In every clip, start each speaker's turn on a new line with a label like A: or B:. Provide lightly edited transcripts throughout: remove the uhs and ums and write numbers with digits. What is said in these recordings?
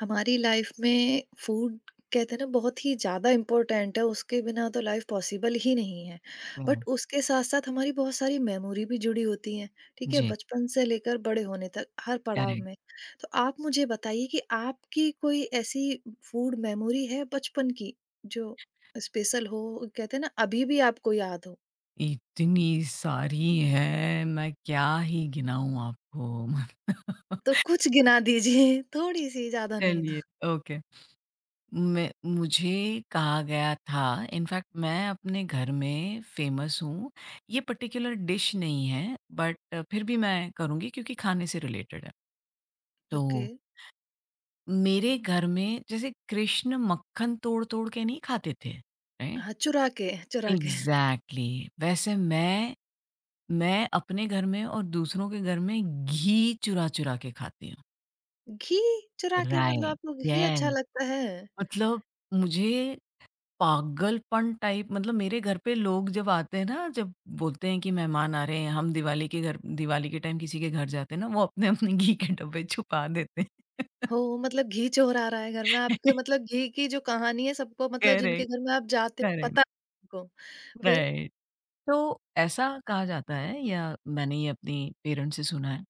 A: हमारी लाइफ में फूड कहते हैं ना बहुत ही ज़्यादा इम्पोर्टेंट है, उसके बिना तो लाइफ पॉसिबल ही नहीं है। But
B: hmm.
A: उसके साथ-साथ हमारी बहुत सारी मेमोरी भी जुड़ी होती हैं, ठीक है?
B: जी,
A: बचपन से लेकर बड़े होने तक, हर पड़ाव
B: करेक्ट।
A: में। तो आप मुझे बताइए कि आपकी कोई ऐसी फूड मेमोरी है बचपन की, जो स्पेशल हो, कहते हैं ना अभी भी आपको याद हो?
B: इतनी सारी हैं, मैं क्या ही गिनाऊँ आपको।
A: तो कुछ गिना दीजिए, थोड़ी-सी, ज़्यादा नहीं
B: चलिए,
A: तो।
B: ओके। मैं मुझे कहा गया था इनफैक्ट मैं अपने घर में फ़ेमस हूँ। ये पर्टिकुलर डिश नहीं है, बट फिर भी मैं करूँगी क्योंकि खाने से रिलेटेड है।
A: ओके।
B: तो मेरे घर में जैसे कृष्ण मक्खन तोड़-तोड़ के नहीं खाते थे, राइट?
A: हाँ, चुरा के, चुरा के।
B: एग्ज़ैक्टली, वैसे मैं अपने घर में और दूसरों के घर में घी चुरा-चुरा के खाती हूँ।
A: घी चुरा के मतलब
B: राइट,
A: आपको घी अच्छा
B: यस।
A: लगता है?
B: मतलब मुझे पागलपन टाइप मतलब मेरे घर पे लोग जब आते हैं ना, जब बोलते हैं कि मेहमान आ रहे हैं, हम दिवाली के टाइम किसी के घर जाते हैं ना, वो अपने-अपने घी के डब्बे छुपा देते हैं।
A: हो मतलब घी चोर आ रहा है घर में आपके मतलब घी की जो कहानी है सबको मतलब जिनके
B: करेक्ट,
A: घर में आप जाते हो
B: करेक्ट,
A: पता को फिर?
B: राइट। तो ऐसा कहा जाता है या मैंने ये अपने पेरेंट्स से सुना है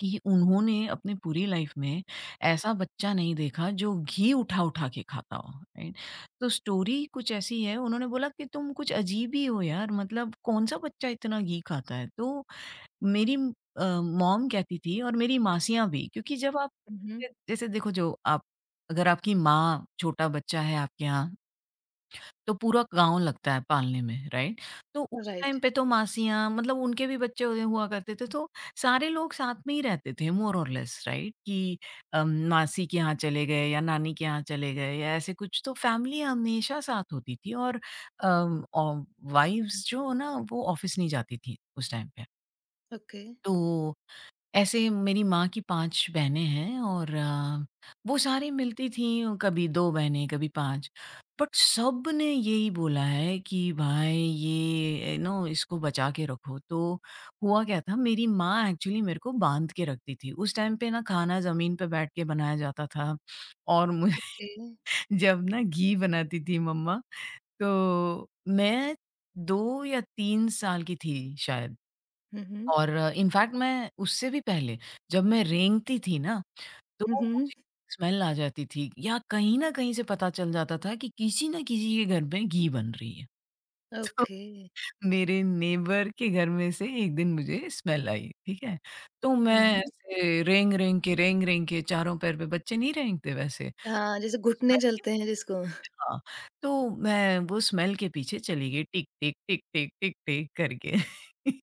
B: कि उन्होंने अपनी पूरी लाइफ में ऐसा बच्चा नहीं देखा जो घी उठा-उठा के खाता हो, राइट? तो स्टोरी कुछ ऐसी है, उन्होंने बोला कि तुम कुछ अजीब ही हो यार, मतलब कौन-सा बच्चा इतना घी खाता है? तो मेरी अ, मॉम कहती थी और मेरी मासियाँ भी, क्योंकि जब आप
A: हुँ, हुँ।
B: जैसे देखो जो आप अगर आपकी माँ छोटा बच्चा है आपके यहाँ तो पूरा गाँव लगता है पालने में, राइट? तो उस टाइम
A: राइट।
B: पे तो मासियाँ मतलब उनके भी बच्चे हुए हुआ करते थे, तो सारे लोग साथ में ही रहते थे मोर और लेस, राइट? कि मासी के यहाँ चले गए या नानी के यहाँ चले गए या ऐसे कुछ, तो फैमिली हमेशा साथ होती थी और अम, औ वाइव्स जो है ना, वो ऑफ़िस नहीं जाती थीं उस टाइम पे।
A: ओके,
B: तो ऐसे मेरी माँ की 5 बहनें हैं और वो सारी मिलती थीं, कभी 2 बहनें, कभी 5। बट सब ने यही बोला है कि भाई ये यू नो इसको बचा के रखो। तो हुआ क्या था, मेरी माँ एक्चुअली मेरे को बाँध के रखती थी। उस टाइम पे ना खाना ज़मीन पे बैठ के बनाया जाता था और मुझे
A: ओके।
B: जब ना घी बनाती थी मम्मा तो मैं 2 या 3 साल की थी शायद।
A: हुँ, हुँ।
B: और इनफैक्ट मैं उससे भी पहले जब मैं रेंगती थी ना, तो
A: हुँ, हुँ।
B: मुझे स्मेल आ जाती थी या कहीं न कहीं से पता चल जाता था कि किसी न किसी के घर में घी बन रही है। तो
A: ओके।
B: मेरे नेबर के घर में से एक दिन मुझे स्मेल आई, ठीक है? तो
A: हुँ,
B: मैं
A: हुँ।
B: ऐसे रेंग-रेंग के, रेंग-रेंग के, चारों पैर पे बच्चे नहीं रेंगते वैसे,
A: हाँ, जैसे घुटने
B: स्मेल
A: चलते हैं जिसको।
B: हाँ, तो मैं वो स्मेल के पीछे चली गई टिक, टिक, टिक, टिक, टिक, टिक करके।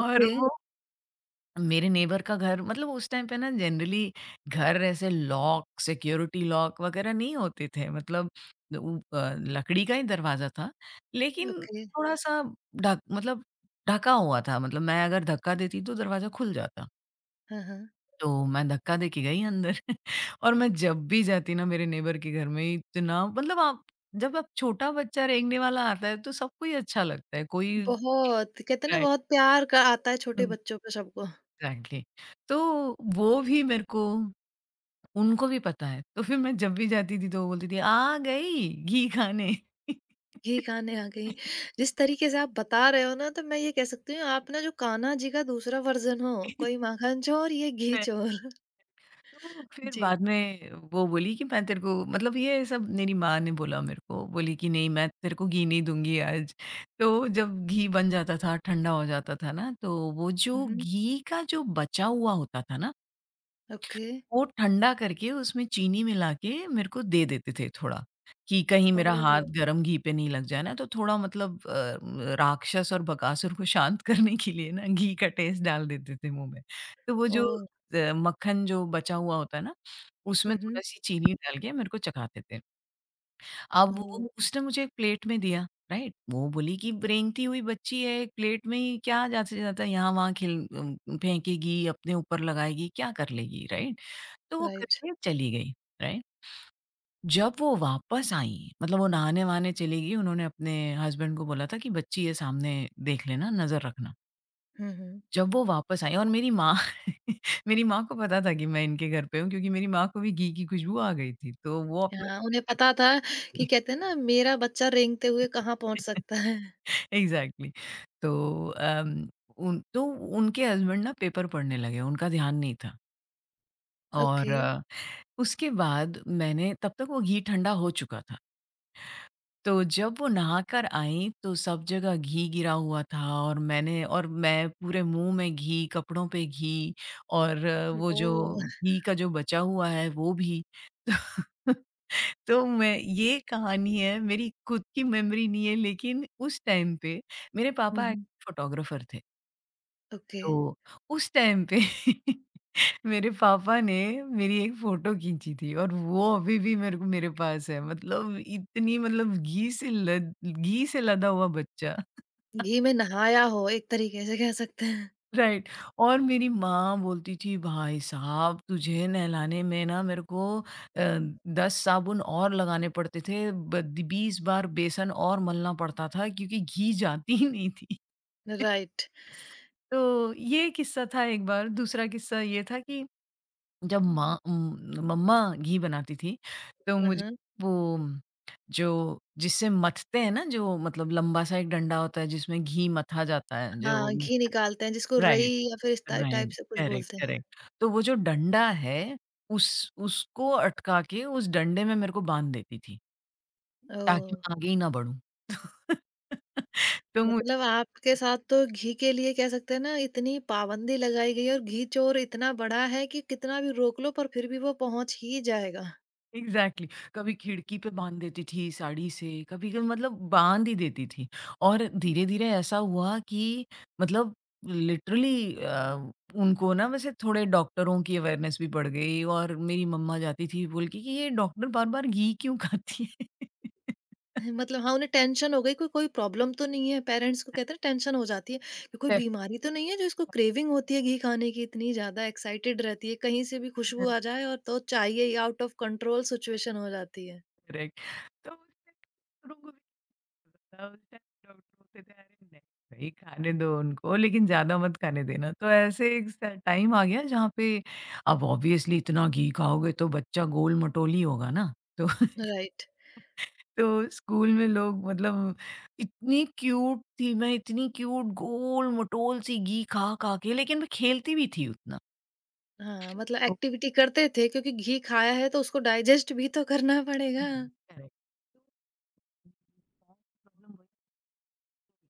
B: और
A: ओके,
B: वो मेरे नेबर का घर, मतलब उस टाइम पे ना जनरली घर ऐसे लॉक सिक्योरिटी लॉक वगैरह नहीं होते थे, मतलब लकड़ी का ही दरवाजा था लेकिन
A: ओके।
B: थोड़ा सा ढक मतलब ढका हुआ था, मतलब मैं अगर धक्का देती तो दरवाजा खुल जाता।
A: हाँ, हाँ।
B: तो मैं धक्का दे के गई अंदर। और मैं जब भी जाती ना मेरे नेबर के घर में इतना मतलब आप जब आप छोटा बच्चा रेंगने वाला आता है तो सबको ही अच्छा लगता है कोई।
A: बहुत कहते हैं ना बहुत प्यार का आता है छोटे बच्चों पे सबको।
B: एग्जैक्टली। तो वो भी मेरे को उनको भी पता है। तो फिर मैं जब भी जाती थी तो वो बोलती थी, "आ गई घी खाने।"
A: ये गाने आ गई। जिस तरीके से आप बता रहे हो ना तो मैं ये कह सकती हूँ आप ना जो कान्हा जी का दूसरा वर्ज़न हो, कोई माखन चोर ये घी चोर।
B: तो फिर
A: जी।
B: बाद में वो बोली कि मैं तेरे को, मतलब ये सब मेरी माँ ने बोला मेरे को, बोली कि नहीं मैं तेरे को घी नहीं दूँगी आज। तो जब घी बन जाता था, ठंडा हो जाता था ना, तो वो
A: हुँ,
B: जो
A: हुँ।
B: घी का जो बचा हुआ होता था ना,
A: ओके।
B: वो ठंडा करके उसमें चीनी मिला के मेरे को दे देते थे थोड़ा, कि कहीं मेरा हुँ। हाथ
A: ओह!
B: गरम घी पे नहीं लग जाए ना, तो थोड़ा मतलब राक्षस और बकासुर को शांत करने के लिए ना घी का टेस्ट डाल देते थे मुँह में। तो वो जो
A: ओह!
B: मक्खन जो बचा हुआ होता है ना, उसमें
A: हुँ, हुँ।
B: थोड़ा-सी चीनी डाल के मेरे को चखाते थे। अब
A: ओह!
B: वो उसने मुझे एक प्लेट में दिया, राइट? वो बोली कि रेंगती हुई बच्ची है, एक प्लेट में ही क्या जाता-जाता यहाँ-वहाँ फेंकेगी, अपने ऊपर लगाएगी, क्या कर लेगी, राइट? तो वो
A: राइट।
B: करके चली गई, राइट? जब वो वापस आई, मतलब वो नहाने-वहाने चली गई, उन्होंने अपने हस्बैंड को बोला था कि बच्ची है सामने, देख लेना, नज़र रखना।
A: हुँ, हुँ।
B: जब वो वापस आई और मेरी माँ मेरी माँ को पता था कि मैं इनके घर पे हूँ क्योंकि मेरी माँ को भी घी की खुशबू आ गई थी, तो वो अपना
A: हाँ, उन्हें पता था कि कहते हैं ना मेरा बच्चा रेंगते हुए कहाँ पहुँच सकता है।
B: एग्ज़ैक्टली। तो अम, उन तो उनके हस्बैंड ना पेपर पढ़ने लगे, उनका ध्यान नहीं था और
A: ओके।
B: उसके बाद मैंने, तब तक वो घी ठंडा हो चुका था। तो जब वो नहाकर आई तो सब जगह घी गिरा हुआ था और मैं पूरे मुँह में घी, कपड़ों पे घी और वो जो
A: ओह!
B: घी का जो बचा हुआ है वो भी। तो मैं ये कहानी है, मेरी खुद की मेमोरी नहीं है लेकिन उस टाइम पे मेरे
A: हुँ,
B: पापा
A: हुँ।
B: एक्चुअली फ़ोटोग्राफ़र थे।
A: ओके।
B: तो उस टाइम पे मेरे पापा ने मेरी एक फ़ोटो खींची थी और वो अभी भी मेरे पास है। मतलब इतनी मतलब घी से लदा हुआ बच्चा।
A: घी में नहाया हो एक तरीके से कह सकते हैं।
B: राइट। और मेरी माँ बोलती थी, भाई साहब तुझे नहलाने में ना मेरे को 10 साबुन और लगाने पड़ते थे, 20 बार बेसन और मलना पड़ता था क्योंकि घी जाती ही नहीं थी।
A: राइट।
B: तो ये किस्सा था एक बार। दूसरा किस्सा ये था कि जब मम्मा घी बनाती थी तो
A: हाँ,
B: मुझे
A: हाँ।
B: वो जो जिससे मथते हैं ना जो, मतलब लंबा सा एक डंडा होता है जिसमें घी मथा जाता है जो,
A: हाँ, घी निकालते हैं जिसको रई
B: राइट,
A: या फिर इस टाइप
B: राइट,
A: से कुछ
B: करेक्ट,
A: बोलते हैं।
B: करेक्ट। तो वो जो डंडा है, उस उसको अटका के उस डंडे में मेरे को बाँध देती थी, ताकि
A: ओह!
B: मैं आगे ही ना बढ़ूँ। तो मुझे
A: मतलब आपके साथ तो घी के लिए कह सकते हैं ना इतनी पाबंदी लगाई गई है और घी चोर इतना बड़ा है कि कितना भी रोक लो पर फिर भी वो पहुँच ही जाएगा।
B: एग्ज़ैक्टली, कभी खिड़की पे बाँध देती थी साड़ी से, कभी क मतलब बाँध ही देती थी। और धीरे-धीरे ऐसा हुआ कि मतलब लिटरली उनको ना वैसे थोड़े डॉक्टरों की अवेयरनेस भी बढ़ गई और मेरी मम्मा जाती थी बोल के कि, "ये डॉक्टर बार-बार घी क्यों खाती है?"
A: मतलब हाँ, उन्हें टेंशन हो गई कोई कोई प्रॉब्लम तो नहीं है, पेरेंट्स को कहते हैं टेंशन हो जाती है कि कोई बीमारी तो नहीं है जो इसको क्रेविंग होती है घी खाने की इतनी ज़्यादा एक्साइटेड रहती है, कहीं से भी खुशबू आ
B: Definitely.
A: जाए और तो चाहिए ही आउट ऑफ कंट्रोल सिचुएशन हो जाती है।
B: करेक्ट। तो उस टाइम डॉक्टरों को भी क्या पता, उस टाइम डॉक्टर होते थे अरे नहीं भाई खाने दो उनको लेकिन ज्यादा मत खाने देना। तो ऐसे एक टाइम आ गया जहाँ पे अब ऑब्वियसली इतना घी खाओगे तो बच्चा गोल मटोली होगा ना तो।
A: राइट।
B: तो स्कूल में लोग, मतलब इतनी क्यूट थी मैं, इतनी क्यूट गोल मटोल सी घी खा खा के, लेकिन मैं खेलती भी थी उतना
A: हाँ, मतलब
B: तो।
A: एक्टिविटी करते थे क्योंकि घी खाया है तो उसको डाइजेस्ट भी तो करना पड़ेगा।
B: Correct.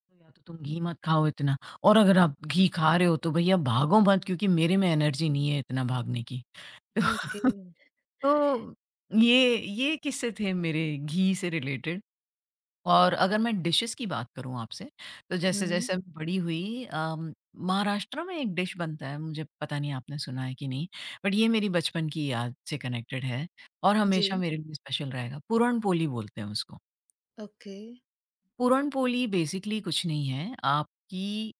B: तो या तो तुम घी मत खाओ इतना और अगर आप घी खा रहे हो तो भैया भागो मत क्योंकि मेरे में एनर्जी नहीं है इतना भागने की।
A: ओके।
B: तो ये किस्से थे मेरे घी से रिलेटेड। और अगर मैं डिशेज़ की बात करूँ आपसे, तो
A: हुँ,
B: जैसे-जैसे मैं बड़ी हुई, महाराष्ट्र में एक डिश बनता है, मुझे पता नहीं आपने सुना है कि नहीं, बट ये मेरी बचपन की याद से कनेक्टेड है और हमेशा
A: जी,
B: मेरे लिए स्पेशल रहेगा। पुरन पोली बोलते हैं उसको।
A: ओके।
B: पुरन पोली बेसिकली कुछ नहीं है, आपकी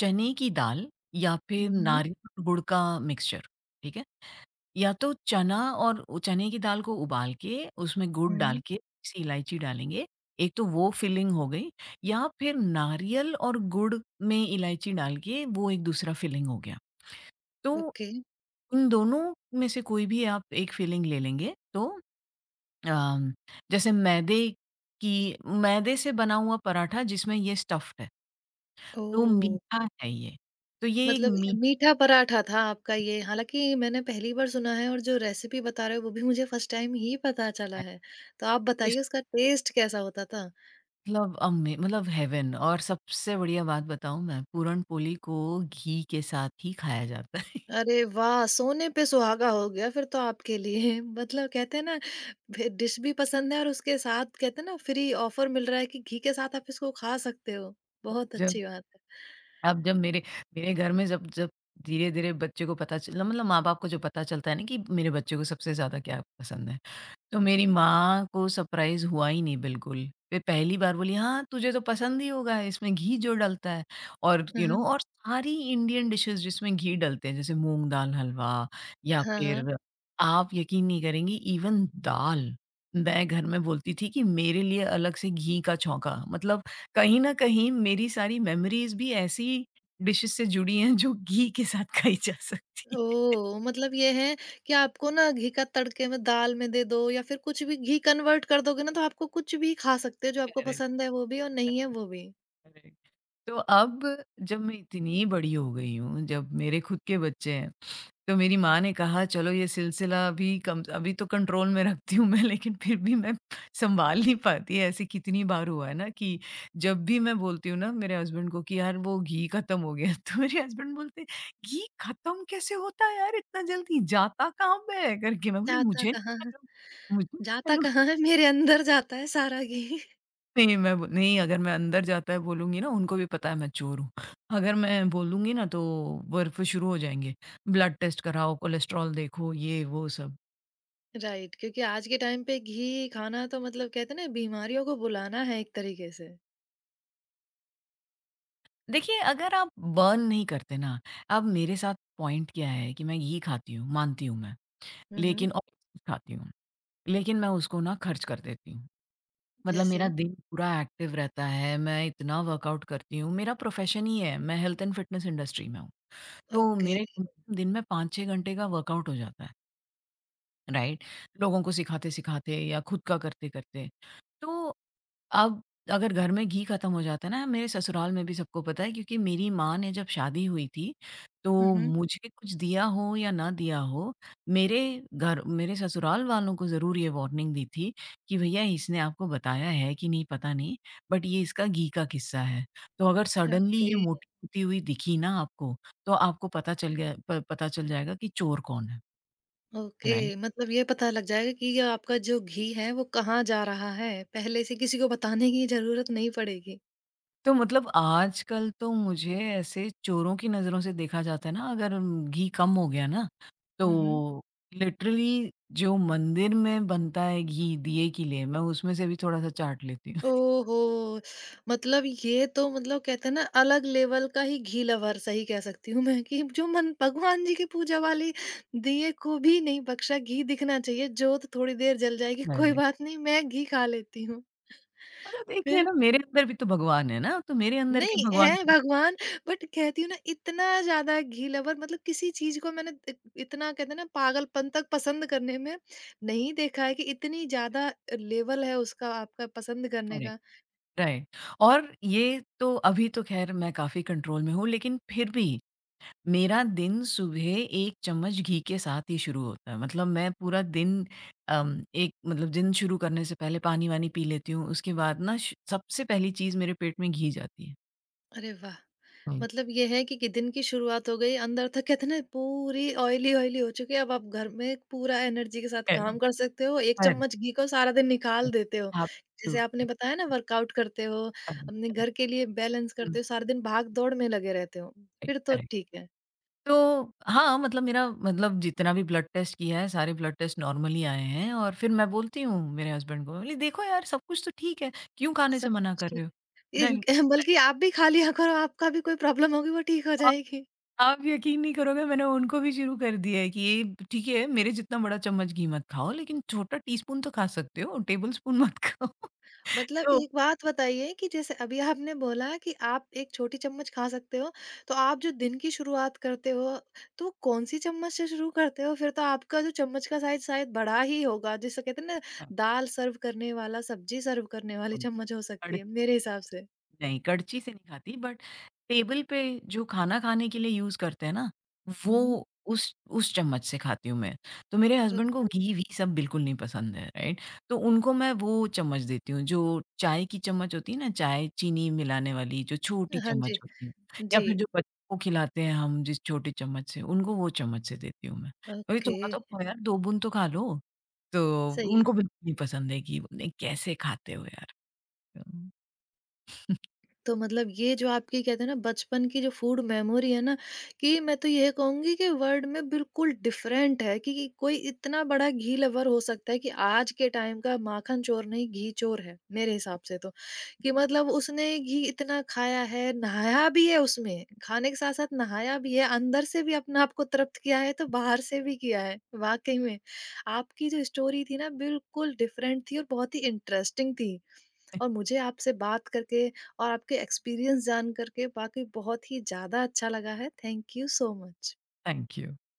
B: चने की दाल या फिर
A: हुँ,
B: नारियल और गुड़ का मिक्सचर, ठीक है? या तो चना और उ चने की दाल को उबाल के उसमें गुड़ डाल
A: हुँ,
B: के थोड़ी-सी इलायची डालेंगे, एक तो वो फिलिंग हो गई, या फिर नारियल और गुड़ में इलायची डाल के वो एक दूसरा फिलिंग हो गया। तो
A: ओके।
B: इन दोनों में से कोई भी आप एक फिलिंग ले लेंगे तो अम, जैसे मैदे से बना हुआ पराठा जिसमें ये स्टफ़्ड है, तो
A: ओह!
B: मीठा है ये, तो ये एक
A: मतलब ये
B: मीठा
A: मीठा पराठा था आपका ये, हालाँकि मैंने पहली बार सुना है और जो रेसिपी बता रहे हो वो भी मुझे फर्स्ट टाइम ही पता चला है। तो आप
B: है।
A: बताइए उसका टेस्ट कैसा होता था?
B: मतलब अमे मतलब हेवन। और सबसे बढ़िया बात बताऊँ मैं, पूरन पोली को घी के साथ ही खाया जाता है।
A: अरे वाह! सोने पे सुहागा हो गया फिर तो आपके लिए। मतलब कहते हैं ना फिर डिश भी पसंद है और उसके साथ कहते हैं ना फ्री ऑफर मिल रहा है कि घी के साथ आप इसको खा सकते हो। बहुत
B: जब
A: अच्छी बात है।
B: अब जब मेरे मेरे घर में जब जब धीरे-धीरे बच्चे को पता चला, मतलब माँ-बाप को जो पता चलता है ना कि मेरे बच्चे को सबसे ज़्यादा क्या पसंद है। तो मेरी माँ को सरप्राइज़ हुआ ही नहीं बिल्कुल। वे पहली बार बोली, "हाँ, तुझे तो पसंद ही होगा, इसमें घी जो डलता है।" और
A: hmm,
B: you you know
A: hmm.
B: know, और सारी इंडियन डिशेज़ जिसमें घी डलते हैं, जैसे मूँग दाल हलवा या
A: हाँ, हाँ।
B: फिर आप यकीन नहीं करेंगी इवन दाल। मैं घर में बोलती थी कि मेरे लिए अलग से घी का छौंका, मतलब कहीं न कहीं मेरी सारी मेमोरीज़ भी ऐसी डिशेज़ से जुड़ी हैं, जो घी के साथ खाई जा सकती है।
A: ओह! मतलब ये है कि आपको ना घी का तड़के में दाल में दे दो या फिर कुछ भी घी कन्वर्ट कर दोगे ना तो आपको कुछ भी खा सकते हो जो आपको
B: करेक्ट,
A: पसंद है वो भी और नहीं है
B: करेक्ट,
A: वो भी।
B: करेक्ट। तो अब जब मैं इतनी बड़ी हो गई हूँ, जब मेरे खुद के बच्चे हैं, तो मेरी माँ ने कहा चलो ये सिलसिला अभी कम अभी तो कंट्रोल में रखती हूँ मैं। लेकिन फिर भी मैं सँभाल नहीं पाती। ऐसे कितनी बार हुआ है ना कि जब भी मैं बोलती हूँ ना मेरे हस्बैंड को कि यार वो घी खत्म हो गया तो मेरे हस्बैंड बोलते हैं, "घी खत्म कैसे होता है यार इतना जल्दी? जाता कहाँ पे है?" करके मैं बोली,
A: जाता
B: "मुझे
A: कहाँ
B: नहीं
A: है
B: मालूम, मुझे नहीं
A: जाता
B: मालूम।"
A: कहाँ है मेरे अंदर जाता है सारा घी।
B: नहीं, मैं ब नहीं अगर मैं अंदर जाता है बोलूँगी ना उनको भी पता है मैं चोर हूँ। अगर मैं बोलूँगी ना तो वो फिर शुरू हो जाएँगे, ब्लड टेस्ट कराओ, कोलेस्ट्रॉल देखो, ये वो सब।
A: राइट क्योंकि आज के टाइम पे घी खाना तो मतलब कहते हैं ना बीमारियों को बुलाना है एक तरीके से।
B: देखिए अगर आप बर्न नहीं करते ना, अब मेरे साथ पॉइंट क्या है कि मैं ये खाती हूँ, मानती हूँ मैं,
A: हम्म।
B: लेकिन और खाती हूँ, लेकिन मैं उसको ना खर्च कर देती हूँ। मतलब
A: जैसे।
B: मेरा दिन पूरा एक्टिव रहता है, मैं इतना वर्कआउट करती हूँ, मेरा प्रोफ़ेशन ही है, मैं हेल्थ एंड फिटनेस इंडस्ट्री में हूँ। तो
A: ओके।
B: मेरे कम से कम दिन में 5-6 घंटे का वर्कआउट हो जाता है। राइट। लोगों को सिखाते सिखाते या खुद का करते करते तो अब अगर घर में घी खत्म हो जाता है ना मेरे ससुराल में भी सबको पता है क्योंकि मेरी माँ ने जब शादी हुई थी तो
A: हम्म।
B: मुझे कुछ दिया हो या ना दिया हो मेरे घर मेरे ससुराल वालों को ज़रूर ये वार्निंग दी थी कि भैया इसने आपको बताया है कि नहीं पता नहीं बट ये इसका घी का किस्सा है। तो अगर सडनली
A: ओके।
B: ये मोटी होती हुई दिखी ना आपको तो आपको पता चल जाएगा कि चोर कौन है।
A: Okay
B: right.
A: मतलब ये पता लग जाएगा कि ये आपका जो घी है वो कहाँ जा रहा है पहले से किसी को बताने की जरूरत नहीं पड़ेगी।
B: तो मतलब आजकल तो मुझे ऐसे चोरों की नज़रों से देखा जाता है ना अगर घी कम हो गया ना,
A: हम्म।
B: तो लिटरली जो मंदिर में बनता है घी दिए के लिए, मैं उसमें से भी थोड़ा-सा चाट लेती हूँ।
A: ओहो! मतलब ये तो मतलब कहते हैं ना अलग लेवल का ही घी लवर सही कह सकती हूँ मैं कि जो मन भगवान जी की पूजा वाली दिए को भी नहीं बख्शा घी दिखना चाहिए, जोत थोड़ी देर जल जाएगी कोई
B: मैंने
A: बात नहीं मैं घी खा लेती हूँ।
B: मतलब देखिए
A: फिर
B: ना मेरे अंदर भी तो भगवान है ना, तो मेरे अंदर के
A: नहीं
B: भगवान
A: है
B: को भी
A: भगवान बट कहती हूँ ना इतना ज़्यादा घी लवर मतलब किसी चीज़ को मैंने इत इतना कहते हैं ना पागलपन तक पसंद करने में नहीं देखा है कि इतनी ज़्यादा लेवल है उसका आपका पसंद करने
B: करें,
A: का।
B: राइट। और ये तो अभी तो ख़ैर मैं काफ़ी कंट्रोल में हूँ लेकिन फिर भी मेरा दिन सुबह 1 चम्मच घी के साथ ही शुरू होता है। मतलब मैं पूरा दिन एक मतलब दिन शुरू करने से पहले पानी-वानी पी लेती हूँ। उसके बाद ना श सबसे पहली चीज़ मेरे पेट में घी जाती है।
A: अरे वाह!
B: हुँ।
A: मतलब ये है कि दिन की शुरुआत हो गई, अंदर तक कहते हैं ना पूरी ऑयली-ऑयली हो चुकी है, अब आप घर में पूरा एनर्जी के साथ
B: करेक्ट,
A: काम कर सकते हो, 1
B: करेक्ट,
A: चम्मच घी को सारा दिन निकाल देते हो।
B: करेक्ट।
A: जैसे आपने
B: एब्सोल्युटली।
A: बताया ना वर्कआउट करते हो,
B: करेक्ट,
A: अपने
B: करेक्ट।
A: घर के लिए बैलेंस
B: हुँ,
A: करते हो, सारा दिन भाग-दौड़ में लगे रहते हो,
B: राइट,
A: फिर तो
B: करेक्ट।
A: ठीक है,
B: तो हाँ, मतलब मेरा मतलब जितना भी ब्लड टेस्ट किया है, सारे ब्लड टेस्ट नॉर्मल ही आए हैं और फिर मैं बोलती हूँ मेरे हस्बैंड को, बोली, "देखो यार, सब कुछ तो ठीक है, क्यों खाने से
A: सब
B: मना
A: कुछ
B: कर
A: ठीक।
B: रहे हो?" राइट।
A: ये- बल्कि आप भी खाली अगर आपका भी कोई प्रॉब्लम होगी वो ठीक हो जाएगी।
B: आप यकीन नहीं करोगे मैंने उनको भी शुरू कर दिया है कि ये ठीक है मेरे जितना बड़ा चम्मच घी मत खाओ लेकिन छोटा टीस्पून तो खा सकते हो, टेबल स्पून मत खाओ।
A: मतलब
B: तो
A: एक बात बताइए कि जैसे अभी आपने बोला कि आप एक छोटी चम्मच खा सकते हो, तो आप जो दिन की शुरुआत करते हो, तो कौन-सी चम्मच से शुरू करते हो? फिर तो आपका जो चम्मच का साइज़ शायद बड़ा ही होगा, जिसे कहते हैं ना
B: हाँ,
A: दाल सर्व करने वाला, सब्जी सर्व करने वाली
B: बिल्कुल,
A: चम्मच हो सकती
B: कड़-
A: है, मेरे हिसाब से।
B: नहीं कड़ची से नहीं खाती बट टेबल पे जो खाना खाने के लिए यूज़ करते हैं ना,
A: हुँ, हुँ।
B: वो उस चम्मच से खाती हूँ मैं। तो मेरे हस्बैंड को
A: ओके।
B: घी-वी सब बिल्कुल नहीं पसंद है, राइट? तो उनको मैं वो चम्मच देती हूँ, जो चाय की चम्मच होती है ना, चाय चीनी मिलाने वाली जो छोटी
A: हाँ जी।
B: चम्मच होती है या
A: जी,
B: फिर जो बच्चों को खिलाते हैं हम जिस छोटी चम्मच से, उनको वो चम्मच से देती हूँ मैं। अरे
A: ओके,
B: थोड़ा तो खाओ यार, 2 बूंद तो खा लो। तो
A: सही है।
B: उनको बिल्कुल नहीं पसंद है घी, बोले कैसे खाते हो यार?
A: तो मतलब ये जो आपकी कहते हैं ना बचपन की जो फूड मेमोरी है ना कि मैं तो ये कहूंगी कि वर्ल्ड में बिल्कुल डिफरेंट है कि कोई इतना बड़ा घी लवर हो सकता है कि आज के टाइम का माखन चोर नहीं घी चोर है मेरे हिसाब से तो कि मतलब उसने घी इतना खाया है नहाया भी है उसमें खाने के साथ साथ नहाया भी है अंदर से भी अपने आप को तृप्त किया है तो बाहर से भी किया है वाकई में आपकी जो स्टोरी थी ना बिल्कुल डिफरेंट थी और बहुत ही इंटरेस्टिंग थी और मुझे आपसे बात करके और आपके एक्सपीरियंस जान करके वाक़ई बहुत ही ज़्यादा अच्छा लगा है। Thank you so much.
B: Thank you.